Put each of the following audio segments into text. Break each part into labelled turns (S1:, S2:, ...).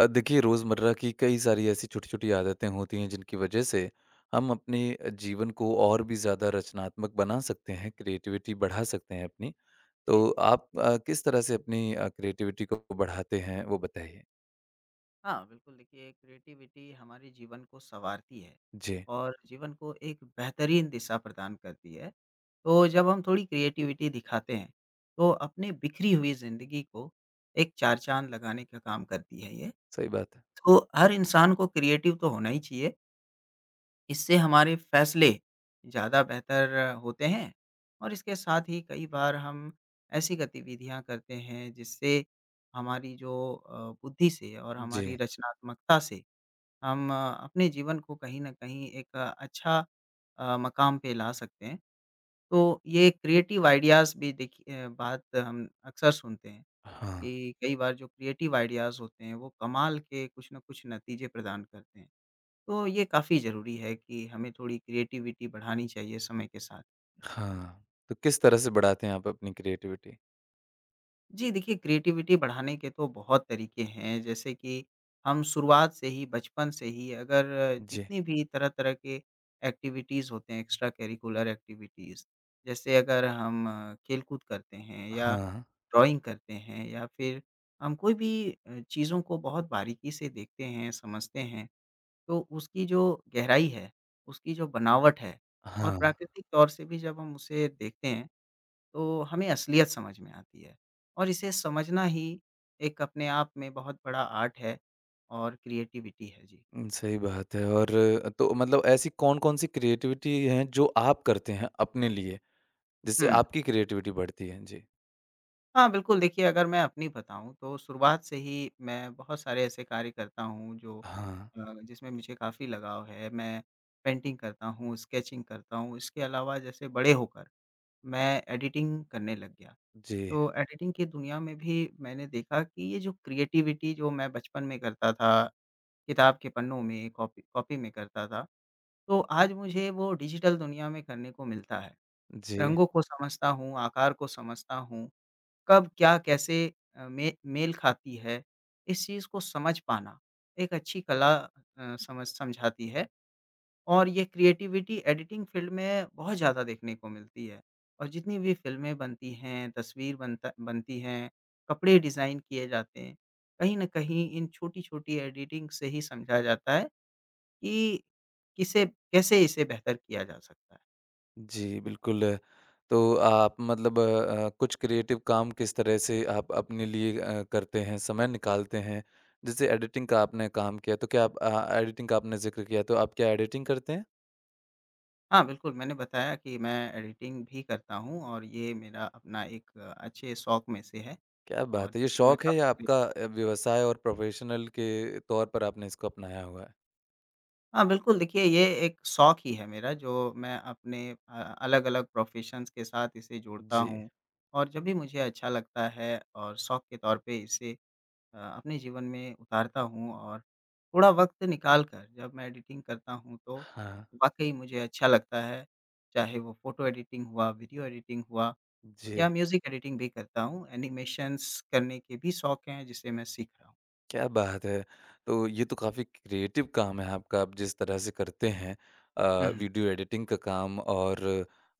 S1: देखिए रोज़मर्रा की कई सारी ऐसी छोटी-छोटी आदतें होती हैं जिनकी वजह से हम अपने जीवन को और भी ज़्यादा रचनात्मक बना सकते हैं, क्रिएटिविटी बढ़ा सकते हैं अपनी।
S2: जी,
S1: तो
S2: जी।
S1: आप किस तरह से अपनी क्रिएटिविटी को बढ़ाते हैं वो बताइए?
S2: हाँ, बिल्कुल देखिए क्रिएटिविटी हमारे जीवन को सँवारती है
S1: जी,
S2: और जीवन को एक बेहतरीन दिशा प्रदान करती है। तो जब हम थोड़ी क्रिएटिविटी दिखाते हैं, तो अपने बिखरी हुई ज़िंदगी को एक चार चाँद लगाने का काम करती है ये।
S1: सही बात है।
S2: तो हर इंसान को क्रिएटिव तो होना ही चाहिए, इससे हमारे फैसले ज़्यादा बेहतर होते हैं और इसके साथ ही कई बार हम ऐसी गतिविधियाँ करते हैं जिससे हमारी जो बुद्धि से और
S1: जी,
S2: हमारी रचनात्मकता से हम अपने जीवन को कहीं न कहीं एक अच्छा मकाम पे ला सकते हैं। तो ये क्रिएटिव आइडियाज़ भी देखिए, बात हम अक्सर सुनते हैं
S1: हाँ,
S2: कि कई बार जो क्रिएटिव आइडियाज़ होते हैं वो कमाल के कुछ न कुछ नतीजे प्रदान करते हैं। तो ये काफ़ी ज़रूरी है कि हमें थोड़ी क्रिएटिविटी बढ़ानी चाहिए समय के साथ।
S1: हाँ। तो किस तरह से बढ़ाते हैं आप अपनी क्रिएटिविटी?
S2: जी, देखिए क्रिएटिविटी बढ़ाने के तो बहुत तरीके हैं, जैसे कि हम शुरुआत से ही, बचपन से ही अगर
S1: जी।
S2: जितनी भी तरह-तरह के एक्टिविटीज़ होते हैं, एक्स्ट्रा करिकुलर एक्टिविटीज़, जैसे अगर हम खेलकूद करते हैं या
S1: हाँ,
S2: ड्राइंग करते हैं या फिर हम कोई भी चीज़ों को बहुत बारीकी से देखते हैं, समझते हैं, तो उसकी जो गहराई है, उसकी जो बनावट है और
S1: हाँ।
S2: प्राकृतिक तौर से भी जब हम उसे देखते हैं, तो हमें असलियत समझ में आती है और इसे समझना ही एक अपने आप में बहुत बड़ा आर्ट है और क्रिएटिविटी है। जी।
S1: सही बात है और तो मतलब ऐसी कौन-कौन सी क्रिएटिविटी हैं जो आप करते हैं अपने लिए? जिससे
S2: हुँ।
S1: आपकी क्रिएटिविटी बढ़ती है। जी।
S2: हाँ, बिल्कुल देखिए अगर मैं अपनी बताऊँ तो शुरुआत से ही मैं बहुत सारे ऐसे कार्य करता हूँ जो
S1: हाँ।
S2: जिसमें मुझे काफ़ी लगाव है। मैं पेंटिंग करता हूँ, स्केचिंग करता हूँ, इसके अलावा जैसे बड़े होकर मैं एडिटिंग करने लग गया।
S1: जी,
S2: तो एडिटिंग की दुनिया में भी मैंने देखा कि ये जो क्रिएटिविटी जो मैं बचपन में करता था, किताब के पन्नों में, कॉपी कॉपी में करता था, तो आज मुझे वो डिजिटल दुनिया में करने को मिलता है।
S1: जी,
S2: रंगों को समझता हूँ, आकार को समझता हूँ, कब क्या कैसे अ, मे मेल खाती है, इस चीज़ को समझ पाना, एक अच्छी कला समझ समझाती है और ये क्रिएटिविटी एडिटिंग फ़ील्ड में बहुत ज़्यादा देखने को मिलती है और जितनी भी फ़िल्में बनती हैं, तस्वीर बनता बनती हैं, कपड़े डिज़ाइन किए जाते हैं, कहीं न कहीं इन छोटी-छोटी एडिटिंग से ही समझा जाता है कि किसे कैसे इसे बेहतर किया जा सकता है।
S1: जी, बिल्कुल। तो आप मतलब कुछ क्रिएटिव काम किस तरह से आप अपने लिए करते हैं, समय निकालते हैं? जैसे एडिटिंग का आपने काम किया, तो क्या आप एडिटिंग का आपने ज़िक्र किया, तो आप क्या एडिटिंग करते हैं?
S2: हाँ, बिल्कुल मैंने बताया कि मैं एडिटिंग भी करता हूँ और ये मेरा अपना एक अच्छे शौक में से है
S1: क्या
S2: और
S1: बात है! ये
S2: जिसमें मैं
S1: शौक है या
S2: काफ़ी
S1: आपका व्यवसाय और प्रोफ़ेशनल के तौर पर आपने इसको अपनाया हुआ है?
S2: हाँ, बिल्कुल देखिए ये एक शौक ही है मेरा जो मैं अपने अलग-अलग प्रोफ़ेशंस के साथ इसे जोड़ता
S1: जी।
S2: हूँ और जब भी मुझे अच्छा लगता है और शौक के तौर पे इसे अपने जीवन में उतारता हूँ और थोड़ा वक़्त निकाल कर जब मैं एडिटिंग करता हूँ तो
S1: हाँ।
S2: वाक़ई मुझे अच्छा लगता है। चाहे वो फ़ोटो एडिटिंग हुआ, वीडियो एडिटिंग हुआ
S1: जी।
S2: या म्यूज़िक एडिटिंग भी करता हूँ। एनिमेशंस करने के भी शौक हैं जिसे मैं सीख रहा हूँ।
S1: क्या बात है! तो ये तो काफ़ी क्रिएटिव काम है आपका, आप जिस तरह से करते हैं
S2: हुँ, हुँ।
S1: वीडियो एडिटिंग का काम और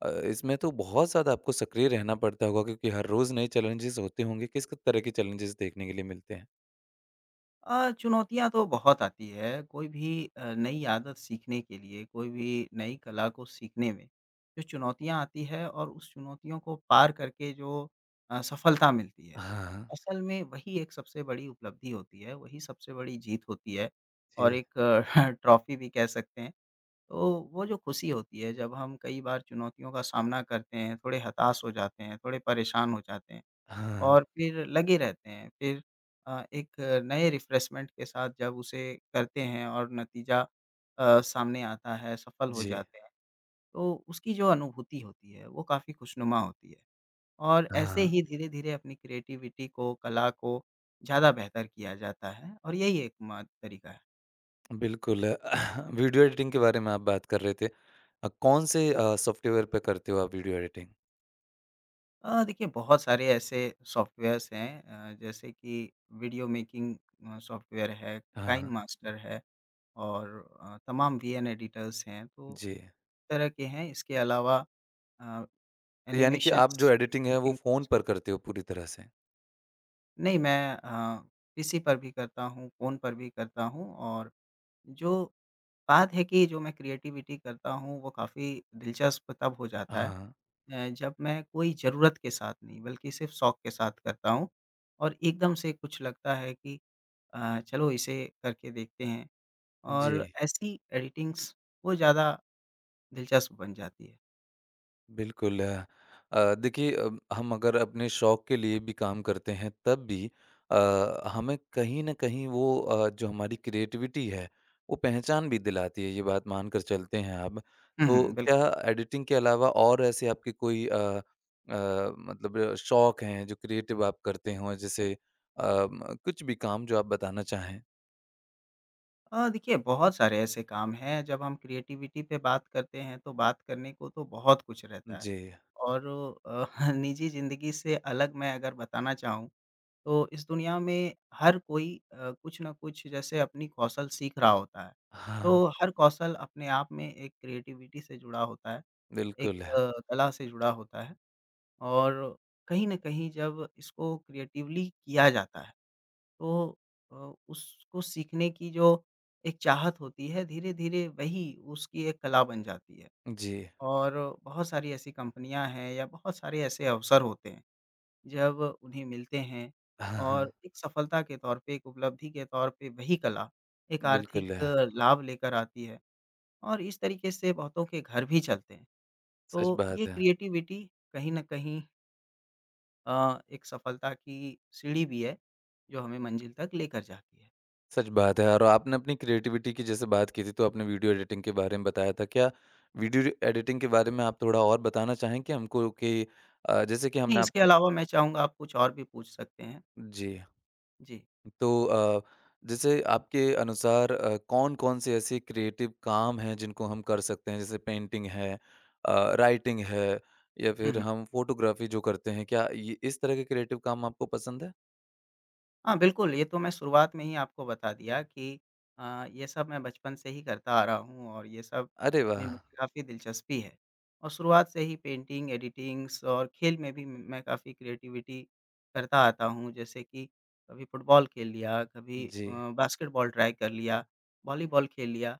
S1: इसमें तो बहुत ज़्यादा आपको सक्रिय रहना पड़ता होगा क्योंकि हर रोज़ नए चैलेंजेस होते होंगे। किस तरह के चैलेंजेस देखने के लिए मिलते हैं?
S2: चुनौतियाँ तो बहुत आती है, कोई भी नई आदत सीखने के लिए, कोई भी नई कला को सीखने में, जो चुनौतियाँ आती है और उस चुनौतियों को पार करके जो सफलता मिलती है,
S1: हाँ,
S2: असल में वही एक सबसे बड़ी उपलब्धि होती है, वही सबसे बड़ी जीत होती है और
S1: जी।
S2: एक ट्रॉफ़ी भी कह सकते हैं। तो वो जो खुशी होती है जब हम कई बार चुनौतियों का सामना करते हैं, थोड़े हताश हो जाते हैं, थोड़े परेशान हो जाते हैं।
S1: हाँ,
S2: और फिर लगे रहते हैं। फिर एक नए रिफ्रेशमेंट के साथ जब उसे करते हैं और नतीजा सामने आता है, सफल हो
S1: जी।
S2: जाते हैं, तो उसकी जो अनुभूति होती है, वो काफ़ी खुशनुमा होती है। और ऐसे
S1: हाँ,
S2: ही धीरे-धीरे अपनी क्रिएटिविटी को, कला को ज़्यादा बेहतर किया जाता है और यही एक म तरीका है।
S1: बिल्कुल। वीडियो एडिटिंग के बारे में आप बात कर रहे थे। कौन से सॉफ्टवेयर पे करते हो आप वीडियो एडिटिंग?
S2: देखिए बहुत सारे ऐसे सॉफ्टवेयर्स हैं, जैसे कि वीडियो मेकिंग सॉफ्टवेयर है, काइन
S1: हाँ,
S2: मास्टर है और तमाम वीएन एडिटर्स हैं, तो
S1: जी।
S2: तरह के हैं, इसके अलावा अ,
S1: तो यानी कि आप जो
S2: एनिमेशंस
S1: एडिटिंग है वो फ़ोन पर करते हो पूरी तरह से?
S2: नहीं, मैं पीसी पर भी करता हूँ, फ़ोन पर भी करता हूँ और जो बात है कि जो मैं क्रिएटिविटी करता हूँ, वो काफ़ी दिलचस्प तब हो जाता है
S1: हाँ।
S2: जब मैं कोई ज़रूरत के साथ नहीं, बल्कि सिर्फ़ शौक के साथ करता हूँ और एकदम से कुछ लगता है कि चलो इसे करके देखते हैं
S1: जी,
S2: और ऐसी एडिटिंग्स वो ज़्यादा दिलचस्प बन जाती है।
S1: बिल्कुल। देखिए हम अगर अपने शौक के लिए भी काम करते हैं तब भी अ, हमें कहीं न कहीं वो जो हमारी क्रिएटिविटी है, वो पहचान भी दिलाती है, ये बात मान कर चलते हैं आप।
S2: हुँ,
S1: तो
S2: हुँ, बिल्कुल।
S1: क्या एडिटिंग के अलावा और ऐसे आपके कोई अ, मतलब शौक हैं जो क्रिएटिव आप करते हों जैसे अम, कुछ भी काम जो आप बताना चाहें?
S2: देखिए बहुत सारे ऐसे काम हैं जब हम क्रिएटिविटी पे बात करते हैं तो बात करने को तो बहुत कुछ रहता है।
S1: जी।
S2: और अ, निजी ज़िंदगी से अलग मैं अगर बताना चाहूँ तो इस दुनिया में हर कोई कुछ न कुछ जैसे अपनी कौशल सीख रहा होता है।
S1: हाँ,
S2: तो हर कौशल अपने आप में एक क्रिएटिविटी से जुड़ा होता है, एक
S1: बिल्कुल। है
S2: कला से जुड़ा होता है और कहीं न कहीं जब इसको क्रिएटिवली किया जाता है तो अ, उसको सीखने की जो एक चाहत होती है, धीरे-धीरे वही उसकी एक कला बन जाती है।
S1: जी।
S2: और बहुत सारी ऐसी कंपनियाँ हैं या बहुत सारे ऐसे अवसर होते हैं, जब उन्हें मिलते हैं
S1: हाँ,
S2: और
S1: हाँ।
S2: एक सफलता के तौर पे, एक उपलब्धि के तौर पे वही कला एक आर्थिक
S1: बिल्कुल। है,
S2: लाभ लेकर आती है और इस तरीके से बहुतों के घर भी चलते हैं।
S1: सच
S2: तो ये
S1: बात है।
S2: क्रिएटिविटी कहीं न कहीं एक सफलता की सीढ़ी भी है, जो हमें मंजिल तक लेकर जाती है।
S1: सच बात है और आपने अपनी क्रिएटिविटी की जैसे बात की थी तो आपने वीडियो एडिटिंग के बारे में बताया था। क्या वीडियो एडिटिंग के बारे में आप थोड़ा और बताना चाहेंगे हमको कि जैसे कि
S2: नहीं,
S1: हमने
S2: इसके
S1: आपने
S2: अलावा मैं चाहूँगा आप कुछ और भी पूछ सकते हैं।
S1: जी,
S2: जी।
S1: तो जैसे आपके अनुसार कौन-कौन से ऐसे क्रिएटिव काम हैं जिनको हम कर सकते हैं? जैसे पेंटिंग है राइटिंग है या
S2: हुँ,
S1: फिर
S2: हुँ।
S1: हम फ़ोटोग्राफ़ी जो करते हैं, क्या ये इस तरह के क्रिएटिव काम आपको पसंद है?
S2: हाँ, बिल्कुल, ये तो मैं शुरुआत में ही आपको बता दिया कि ये सब मैं बचपन से ही करता आ रहा हूँ और ये सब
S1: अरे
S2: में
S1: वाह!
S2: मुझे काफ़ी दिलचस्पी है। और शुरुआत से ही पेंटिंग, एडिटिंग्स और खेल में भी मैं काफ़ी क्रिएटिविटी करता आता हूँ। जैसे कि कभी फुटबॉल खेल लिया, कभी
S1: जी।
S2: बास्केटबॉल ट्राई कर लिया, वॉलीबॉल खेल लिया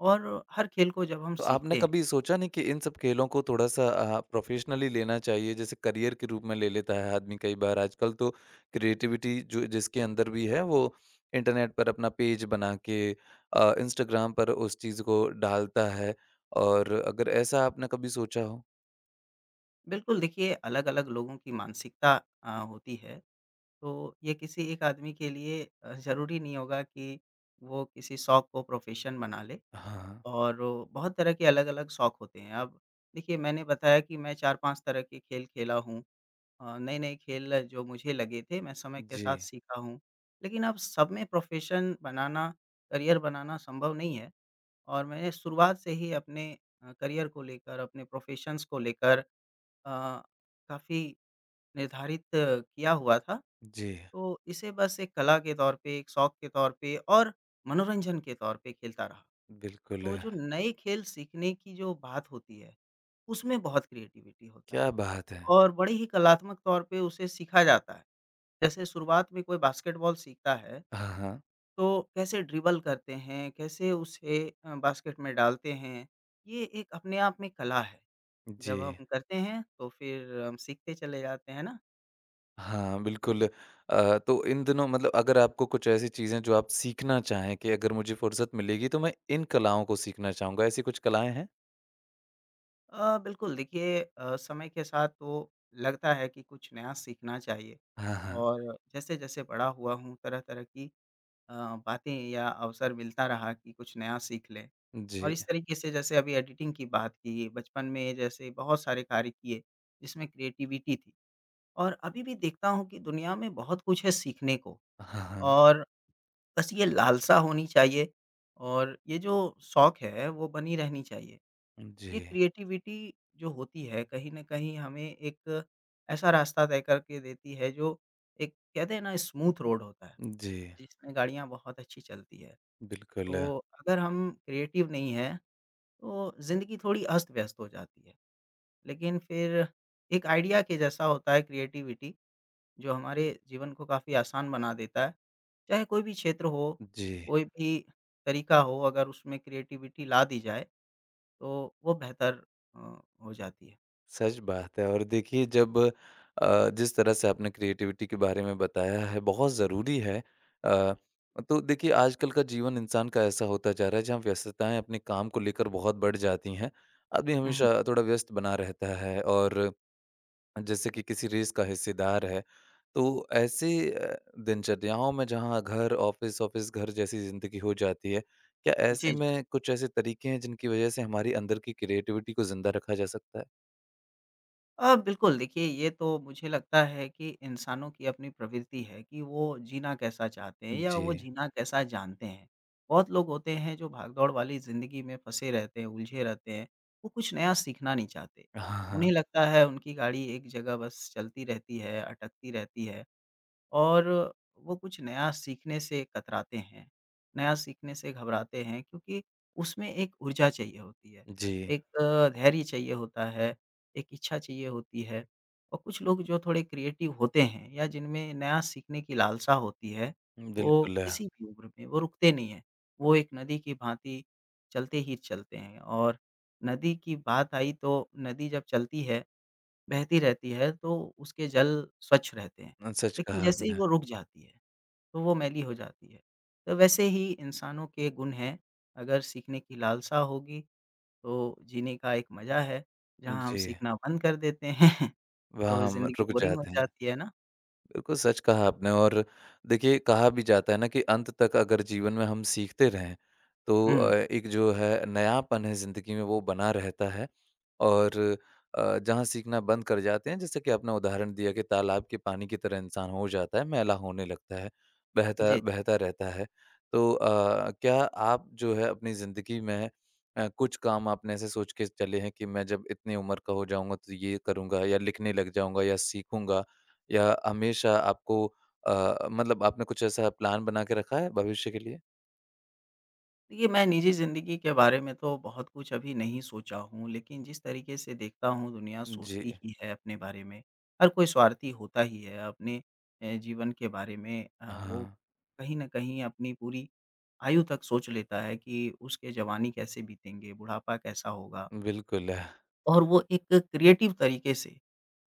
S2: और हर खेल को जब हम
S1: तो आपने
S2: सीखते हैं
S1: कभी सोचा नहीं कि इन सब खेलों को थोड़ा-सा प्रोफ़ेशनली लेना चाहिए? जैसे करियर के रूप में ले लेता है आदमी कई बार। आजकल तो क्रिएटिविटी जो जिसके अंदर भी है वो इंटरनेट पर अपना पेज बना के इंस्टाग्राम पर उस चीज़ को डालता है और अगर ऐसा आपने कभी सोचा हो?
S2: बिल्कुल देखिए अलग-अलग लोगों की मानसिकता होती है। तो ये किसी एक आदमी के लिए ज़रूरी नहीं होगा कि वो किसी शौक को प्रोफ़ेशन बना ले
S1: हाँ।
S2: और वो बहुत तरह के अलग-अलग शौक होते हैं। अब देखिए मैंने बताया कि मैं 4-5 तरह के खेल खेला हूँ, नए-नए खेल जो मुझे लगे थे मैं समय के
S1: जी,
S2: साथ सीखा हूँ। लेकिन अब सब में प्रोफ़ेशन बनाना, करियर बनाना संभव नहीं है और मैंने शुरुआत से ही अपने करियर को लेकर, अपने प्रोफ़ेशंस को लेकर अ, काफ़ी निर्धारित किया हुआ था,
S1: जी।
S2: तो इसे बस एक कला के तौर पे, एक शौक के तौर पे और मनोरंजन के तौर पे खेलता रहा।
S1: बिल्कुल,
S2: तो जो नए खेल सीखने की जो बात होती है, उसमें बहुत क्रिएटिविटी होता है
S1: क्या बात है!
S2: और बड़े ही कलात्मक तौर पे उसे सीखा जाता है। जैसे शुरुआत में कोई बास्केटबॉल सीखता है,
S1: हाँ, हाँ।
S2: तो कैसे ड्रिबल करते हैं, कैसे उसे बास्केट में डालते हैं, ये एक अपने आप में कला है।
S1: जी।
S2: जब हम करते हैं, तो फिर हम सीखते चले जाते हैं ना?
S1: हाँ, बिल्कुल। तो इन दिनों मतलब अगर आपको कुछ ऐसी चीज़ें जो आप सीखना चाहें कि अगर मुझे फ़ुर्सत मिलेगी तो मैं इन कलाओं को सीखना चाहूँगा, ऐसी कुछ कलाएँ हैं?
S2: बिल्कुल देखिए समय के साथ तो लगता है कि कुछ नया सीखना चाहिए
S1: हाँ, हाँ।
S2: और जैसे-जैसे बड़ा हुआ हूँ तरह-तरह की अ, बातें या अवसर मिलता रहा कि कुछ नया सीख लें। और
S1: जी।
S2: इस तरीके से जैसे अभी एडिटिंग की बात की, बचपन में जैसे बहुत सारे कार्य किए जिसमें क्रिएटिविटी थी और अभी भी देखता हूँ कि दुनिया में बहुत कुछ है सीखने को
S1: हाँ, हाँ।
S2: और बस ये लालसा होनी चाहिए और ये जो शौक है वो बनी रहनी चाहिए। ये
S1: जी।
S2: क्रिएटिविटी जो होती है कहीं न कहीं हमें एक ऐसा रास्ता तय करके देती है, जो एक कहते हैं ना स्मूथ रोड होता है,
S1: जी,
S2: जिसमें गाड़ियाँ बहुत अच्छी चलती है।
S1: बिल्कुल।
S2: तो अगर हम क्रिएटिव नहीं हैं, तो ज़िंदगी थोड़ी अस्त-व्यस्त हो जाती है। लेकिन फिर एक आइडिया के जैसा होता है क्रिएटिविटी, जो हमारे जीवन को काफ़ी आसान बना देता है। चाहे कोई भी क्षेत्र हो,
S1: जी।
S2: कोई भी तरीका हो अगर उसमें क्रिएटिविटी ला दी जाए, तो वो बेहतर अ, हो जाती है।
S1: सच बात है और देखिए जब जिस तरह से आपने क्रिएटिविटी के बारे में बताया है बहुत ज़रूरी है। अ, तो देखिए आजकल का जीवन इंसान का ऐसा होता जा रहा है जहाँ व्यस्तताएँ अपने काम को लेकर बहुत बढ़ जाती हैं। आदमी
S2: हुँ, हुँ।
S1: हमेशा थोड़ा व्यस्त बना रहता है और जैसे कि किसी रेस का हिस्सेदार है। तो ऐसे दिनचर्याओं में जहाँ घर, ऑफ़िस, ऑफ़िस घर जैसी ज़िंदगी हो जाती है, क्या ऐसे
S2: जी, जी।
S1: में कुछ ऐसे तरीके हैं जिनकी वजह से हमारी अंदर की क्रिएटिविटी को ज़िंदा रखा जा सकता है?
S2: बिल्कुल देखिए ये तो मुझे लगता है कि इंसानों की अपनी प्रवृत्ति है कि वो जीना कैसा चाहते हैं या
S1: जी।
S2: वो जीना कैसा जानते हैं। बहुत लोग होते हैं जो भागदौड़ वाली ज़िंदगी में फँसे रहते हैं, उलझे रहते हैं, वो कुछ नया सीखना नहीं चाहते।
S1: हाँ,
S2: उन्हें
S1: हाँ।
S2: लगता है उनकी गाड़ी एक जगह बस चलती रहती है, अटकती रहती है और वो कुछ नया सीखने से कतराते हैं, नया सीखने से घबराते हैं क्योंकि उसमें एक ऊर्जा चाहिए होती है,
S1: जी,
S2: एक धैर्य चाहिए होता है, एक इच्छा चाहिए होती है। और कुछ लोग जो थोड़े क्रिएटिव होते हैं या जिनमें नया सीखने की लालसा होती है, वो
S1: बिल्कुल,
S2: किसी भी उम्र में वो रुकते नहीं हैं, वो एक नदी की भांति चलते ही चलते हैं और नदी की बात आई तो नदी जब चलती है बहती रहती है, तो उसके जल स्वच्छ रहते हैं।
S1: सच
S2: लेकिन
S1: कहा
S2: जैसे ही
S1: आपने।
S2: वो रुक जाती है, तो वो मैली हो जाती है। तो वैसे ही इंसानों के गुण हैं, अगर सीखने की लालसा होगी, तो जीने का एक मज़ा है। जहाँ हम
S1: जी,
S2: सीखना बंद कर देते हैं,
S1: वहाँ
S2: तो
S1: हम
S2: ज़िंदगी
S1: रुक
S2: बोरिंग हो
S1: जाते हैं।
S2: जाती है ना?
S1: बिल्कुल सच कहा आपने और देखिए कहा भी जाता है ना कि अंत तक अगर जीवन में हम सीखते रहें तो
S2: हुँ,
S1: एक जो है नयापन है ज़िंदगी में वो बना रहता है और जहाँ सीखना बंद कर जाते हैं जैसे कि आपने उदाहरण दिया कि तालाब के पानी की तरह इंसान हो जाता है मैला होने लगता है बहता
S2: जी।
S1: बहता रहता है तो क्या आप जो है अपनी ज़िंदगी में कुछ काम आपने ऐसे सोच के चले हैं कि मैं जब इतनी उम्र का हो जाऊंगा तो ये करूंगा या लिखने लग जाऊंगा या सीखूंगा या हमेशा आपको मतलब आपने कुछ ऐसा प्लान बना के रखा है भविष्य के लिए?
S2: देखिए, मैं निजी ज़िंदगी के बारे में तो बहुत कुछ अभी नहीं सोचा हूँ, लेकिन जिस तरीके से देखता हूँ दुनिया
S1: जी।
S2: सोचती ही है अपने बारे में, हर कोई स्वार्थी होता ही है अपने जीवन के बारे में वो
S1: हाँ,
S2: कहीं न कहीं अपनी पूरी आयु तक सोच लेता है कि उसके जवानी कैसे बीतेंगे, बुढ़ापा कैसा होगा।
S1: बिल्कुल।
S2: और वो एक क्रिएटिव तरीके से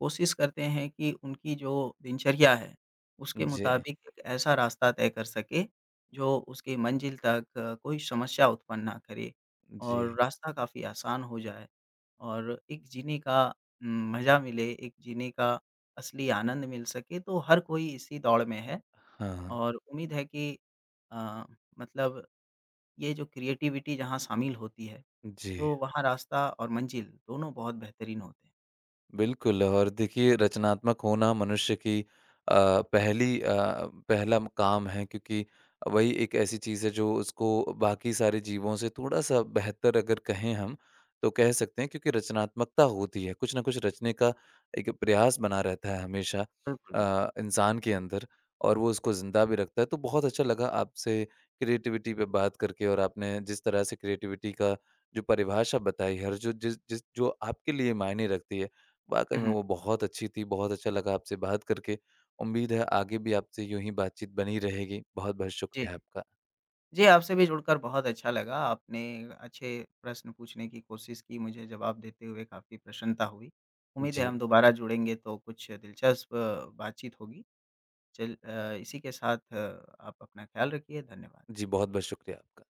S2: कोशिश करते हैं कि उनकी जो दिनचर्या है, उसके
S1: जी,
S2: मुताबिक एक ऐसा रास्ता तय कर सके, जो उसकी मंजिल तक कोई समस्या उत्पन्न ना करे
S1: जी।
S2: और रास्ता काफ़ी आसान हो जाए और एक जीने का मज़ा मिले, एक जीने का असली आनंद मिल सके, तो हर कोई इसी दौड़ में है
S1: हाँ,
S2: और उम्मीद है कि अ, मतलब ये जो क्रिएटिविटी जहाँ शामिल होती है,
S1: जी।
S2: तो वहाँ रास्ता और मंजिल दोनों बहुत बेहतरीन होते हैं।
S1: बिल्कुल, और देखिए रचनात्मक होना मनुष्य की अ, पहली अ, पहला काम है क्योंकि वही एक ऐसी चीज़ है जो उसको बाकी सारे जीवों से थोड़ा-सा बेहतर अगर कहें हम, तो कह सकते हैं क्योंकि रचनात्मकता होती है, कुछ न कुछ रचने का एक प्रयास बना रहता है हमेशा
S2: बिल्कुल, बिल्कुल।
S1: इंसान के अंदर और वो उसको ज़िंदा भी रखता है। तो बहुत अच्छा लगा आपसे क्रिएटिविटी पे बात करके और आपने जिस तरह से क्रिएटिविटी का जो परिभाषा बताई है और जो जिस जिस जो आपके लिए मायने रखती है, वाक़ई
S2: हुँ,
S1: में
S2: हुँ।
S1: वो बहुत अच्छी थी, बहुत अच्छा लगा आपसे बात करके। उम्मीद है आगे भी आपसे यूँ ही बातचीत बनी रहेगी। बहुत-बहुत
S2: जी।
S1: शुक्रिया
S2: जी।
S1: आपका।
S2: जी, आपसे भी जुड़कर बहुत अच्छा लगा। आपने अच्छे प्रश्न पूछने की कोशिश की, मुझे जवाब देते हुए काफ़ी प्रसन्नता हुई। उम्मीद है
S1: जी।
S2: हम दोबारा जुड़ेंगे तो कुछ दिलचस्प बातचीत होगी। इसी के साथ आप अपना ख़्याल रखिए। धन्यवाद।
S1: जी, बहुत-बहुत शुक्रिया आपका।